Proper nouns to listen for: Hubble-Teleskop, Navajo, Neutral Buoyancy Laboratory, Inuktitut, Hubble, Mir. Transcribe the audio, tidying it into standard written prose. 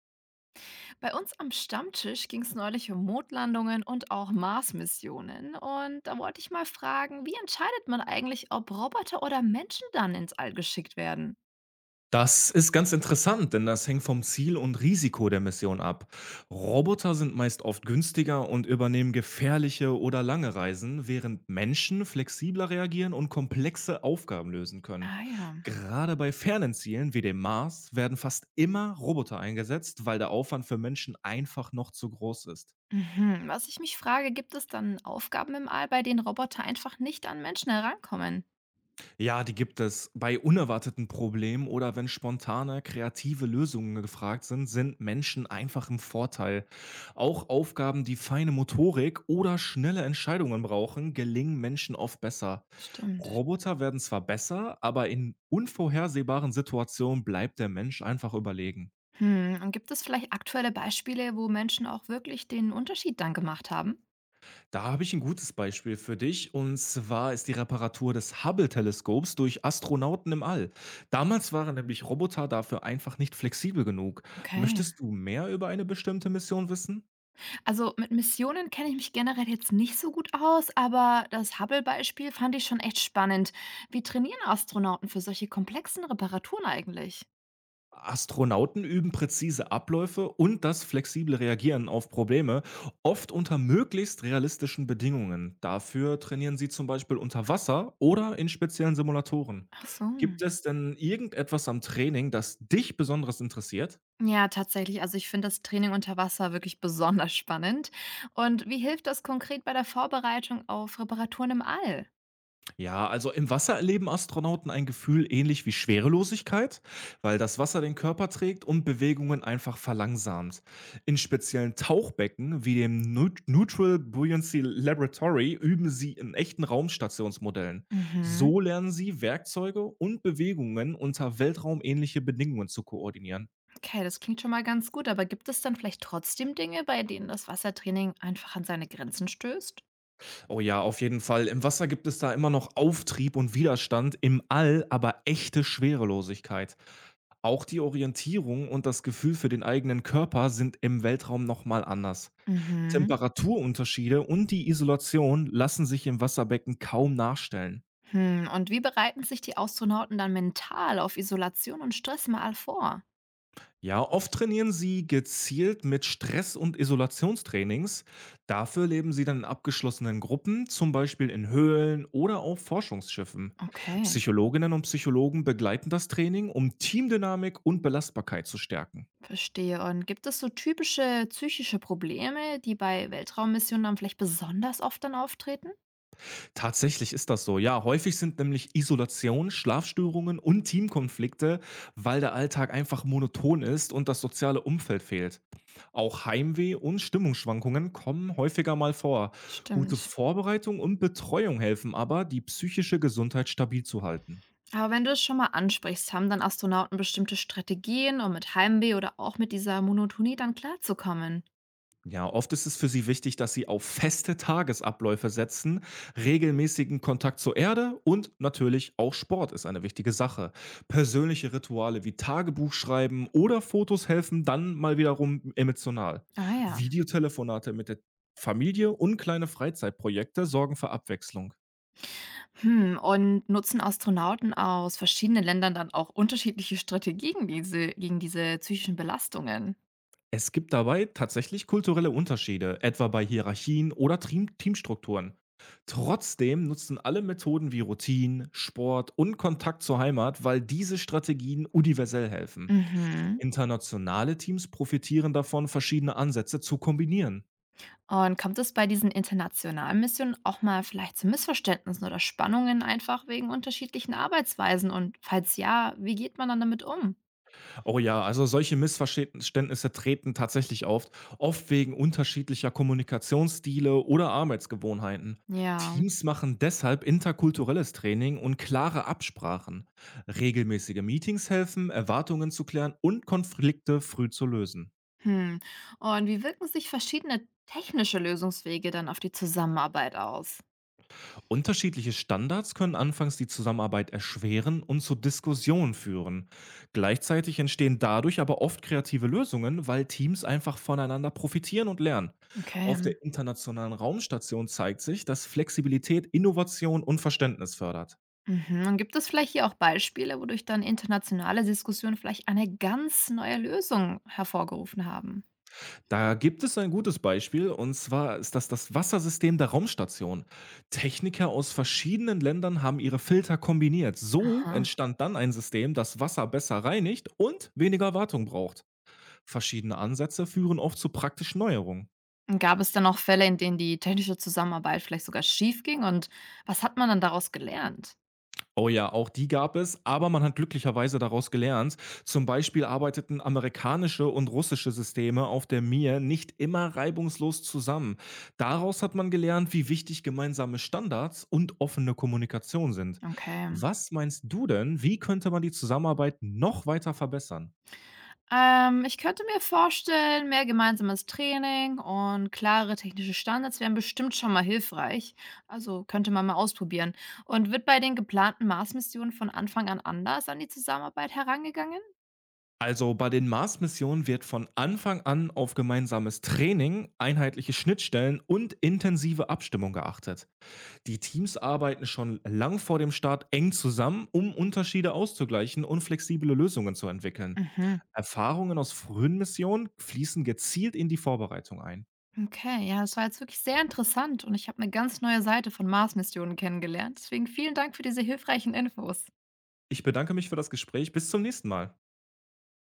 Bei uns am Stammtisch ging es neulich um Mondlandungen und auch Mars-Missionen. Und da wollte ich mal fragen, wie entscheidet man eigentlich, ob Roboter oder Menschen dann ins All geschickt werden? Das ist ganz interessant, denn das hängt vom Ziel und Risiko der Mission ab. Roboter sind meist oft günstiger und übernehmen gefährliche oder lange Reisen, während Menschen flexibler reagieren und komplexe Aufgaben lösen können. Ah ja. Gerade bei fernen Zielen wie dem Mars werden fast immer Roboter eingesetzt, weil der Aufwand für Menschen einfach noch zu groß ist. Mhm. Was ich mich frage, gibt es dann Aufgaben im All, bei denen Roboter einfach nicht an Menschen herankommen? Ja, die gibt es. Bei unerwarteten Problemen oder wenn spontane, kreative Lösungen gefragt sind, sind Menschen einfach im Vorteil. Auch Aufgaben, die feine Motorik oder schnelle Entscheidungen brauchen, gelingen Menschen oft besser. Stimmt. Roboter werden zwar besser, aber in unvorhersehbaren Situationen bleibt der Mensch einfach überlegen. Hm. Und gibt es vielleicht aktuelle Beispiele, wo Menschen auch wirklich den Unterschied dann gemacht haben? Da habe ich ein gutes Beispiel für dich, und zwar ist die Reparatur des Hubble-Teleskops durch Astronauten im All. Damals waren nämlich Roboter dafür einfach nicht flexibel genug. Okay. Möchtest du mehr über eine bestimmte Mission wissen? Also, mit Missionen kenne ich mich generell jetzt nicht so gut aus, aber das Hubble-Beispiel fand ich schon echt spannend. Wie trainieren Astronauten für solche komplexen Reparaturen eigentlich? Astronauten üben präzise Abläufe und das flexible Reagieren auf Probleme, oft unter möglichst realistischen Bedingungen. Dafür trainieren sie zum Beispiel unter Wasser oder in speziellen Simulatoren. Ach so. Gibt es denn irgendetwas am Training, das dich besonders interessiert? Ja, tatsächlich. Also ich finde das Training unter Wasser wirklich besonders spannend. Und wie hilft das konkret bei der Vorbereitung auf Reparaturen im All? Ja, also im Wasser erleben Astronauten ein Gefühl ähnlich wie Schwerelosigkeit, weil das Wasser den Körper trägt und Bewegungen einfach verlangsamt. In speziellen Tauchbecken wie dem Neutral Buoyancy Laboratory üben sie in echten Raumstationsmodellen. Mhm. So lernen sie Werkzeuge und Bewegungen unter weltraumähnliche Bedingungen zu koordinieren. Okay, das klingt schon mal ganz gut, aber gibt es dann vielleicht trotzdem Dinge, bei denen das Wassertraining einfach an seine Grenzen stößt? Oh ja, auf jeden Fall. Im Wasser gibt es da immer noch Auftrieb und Widerstand, im All aber echte Schwerelosigkeit. Auch die Orientierung und das Gefühl für den eigenen Körper sind im Weltraum nochmal anders. Mhm. Temperaturunterschiede und die Isolation lassen sich im Wasserbecken kaum nachstellen. Hm, und wie bereiten sich die Astronauten dann mental auf Isolation und Stress mal vor? Ja, oft trainieren sie gezielt mit Stress- und Isolationstrainings. Dafür leben sie dann in abgeschlossenen Gruppen, zum Beispiel in Höhlen oder auf Forschungsschiffen. Okay, Psychologinnen und Psychologen begleiten das Training, um Teamdynamik und Belastbarkeit zu stärken. verstehe. Und gibt es so typische psychische Probleme, die bei Weltraummissionen dann vielleicht besonders oft dann auftreten? Tatsächlich ist das so. Ja, häufig sind nämlich Isolation, Schlafstörungen und Teamkonflikte, weil der Alltag einfach monoton ist und das soziale Umfeld fehlt. Auch Heimweh und Stimmungsschwankungen kommen häufiger mal vor. Gute Stimmt. Vorbereitung und Betreuung helfen aber, die psychische Gesundheit stabil zu halten. Aber wenn du es schon mal ansprichst, haben dann Astronauten bestimmte Strategien, um mit Heimweh oder auch mit dieser Monotonie dann klarzukommen? Ja, oft ist es für sie wichtig, dass sie auf feste Tagesabläufe setzen. Regelmäßigen Kontakt zur Erde und natürlich auch Sport ist eine wichtige Sache. Persönliche Rituale wie Tagebuch schreiben oder Fotos helfen dann mal wiederum emotional. Ah ja. Videotelefonate mit der Familie und kleine Freizeitprojekte sorgen für Abwechslung. Hm, und nutzen Astronauten aus verschiedenen Ländern dann auch unterschiedliche Strategien diese, gegen diese psychischen Belastungen? Es gibt dabei tatsächlich kulturelle Unterschiede, etwa bei Hierarchien oder Teamstrukturen. Trotzdem nutzen alle Methoden wie Routinen, Sport und Kontakt zur Heimat, weil diese Strategien universell helfen. Mhm. Internationale Teams profitieren davon, verschiedene Ansätze zu kombinieren. Und kommt es bei diesen internationalen Missionen auch mal vielleicht zu Missverständnissen oder Spannungen einfach wegen unterschiedlichen Arbeitsweisen? Und falls ja, wie geht man dann damit um? Oh ja, also solche Missverständnisse treten tatsächlich auf, oft wegen unterschiedlicher Kommunikationsstile oder Arbeitsgewohnheiten. Ja. Teams machen deshalb interkulturelles Training und klare Absprachen. Regelmäßige Meetings helfen, Erwartungen zu klären und Konflikte früh zu lösen. Hm. Und wie wirken sich verschiedene technische Lösungswege dann auf die Zusammenarbeit aus? Unterschiedliche Standards können anfangs die Zusammenarbeit erschweren und zu Diskussionen führen. Gleichzeitig entstehen dadurch aber oft kreative Lösungen, weil Teams einfach voneinander profitieren und lernen. Okay. Auf der internationalen Raumstation zeigt sich, dass Flexibilität Innovation und Verständnis fördert. Mhm. Und gibt es vielleicht hier auch Beispiele, wodurch dann internationale Diskussionen vielleicht eine ganz neue Lösung hervorgerufen haben? Da gibt es ein gutes Beispiel, und zwar ist das das Wassersystem der Raumstation. Techniker aus verschiedenen Ländern haben ihre Filter kombiniert. So Aha. entstand dann ein System, das Wasser besser reinigt und weniger Wartung braucht. Verschiedene Ansätze führen oft zu praktischen Neuerungen. Gab es dann auch Fälle, in denen die technische Zusammenarbeit vielleicht sogar schiefging und was hat man dann daraus gelernt? Oh ja, auch die gab es, aber man hat glücklicherweise daraus gelernt. Zum Beispiel arbeiteten amerikanische und russische Systeme auf der Mir nicht immer reibungslos zusammen. Daraus hat man gelernt, wie wichtig gemeinsame Standards und offene Kommunikation sind. Okay. Was meinst du denn, wie könnte man die Zusammenarbeit noch weiter verbessern? Ich könnte mir vorstellen, mehr gemeinsames Training und klare technische Standards wären bestimmt schon mal hilfreich. Also könnte man mal ausprobieren. Und wird bei den geplanten Mars-Missionen von Anfang an anders an die Zusammenarbeit herangegangen? Also bei den Mars-Missionen wird von Anfang an auf gemeinsames Training, einheitliche Schnittstellen und intensive Abstimmung geachtet. Die Teams arbeiten schon lang vor dem Start eng zusammen, um Unterschiede auszugleichen und flexible Lösungen zu entwickeln. Mhm. Erfahrungen aus frühen Missionen fließen gezielt in die Vorbereitung ein. Okay, ja, das war jetzt wirklich sehr interessant und ich habe eine ganz neue Seite von Mars-Missionen kennengelernt. Deswegen vielen Dank für diese hilfreichen Infos. Ich bedanke mich für das Gespräch. Bis zum nächsten Mal.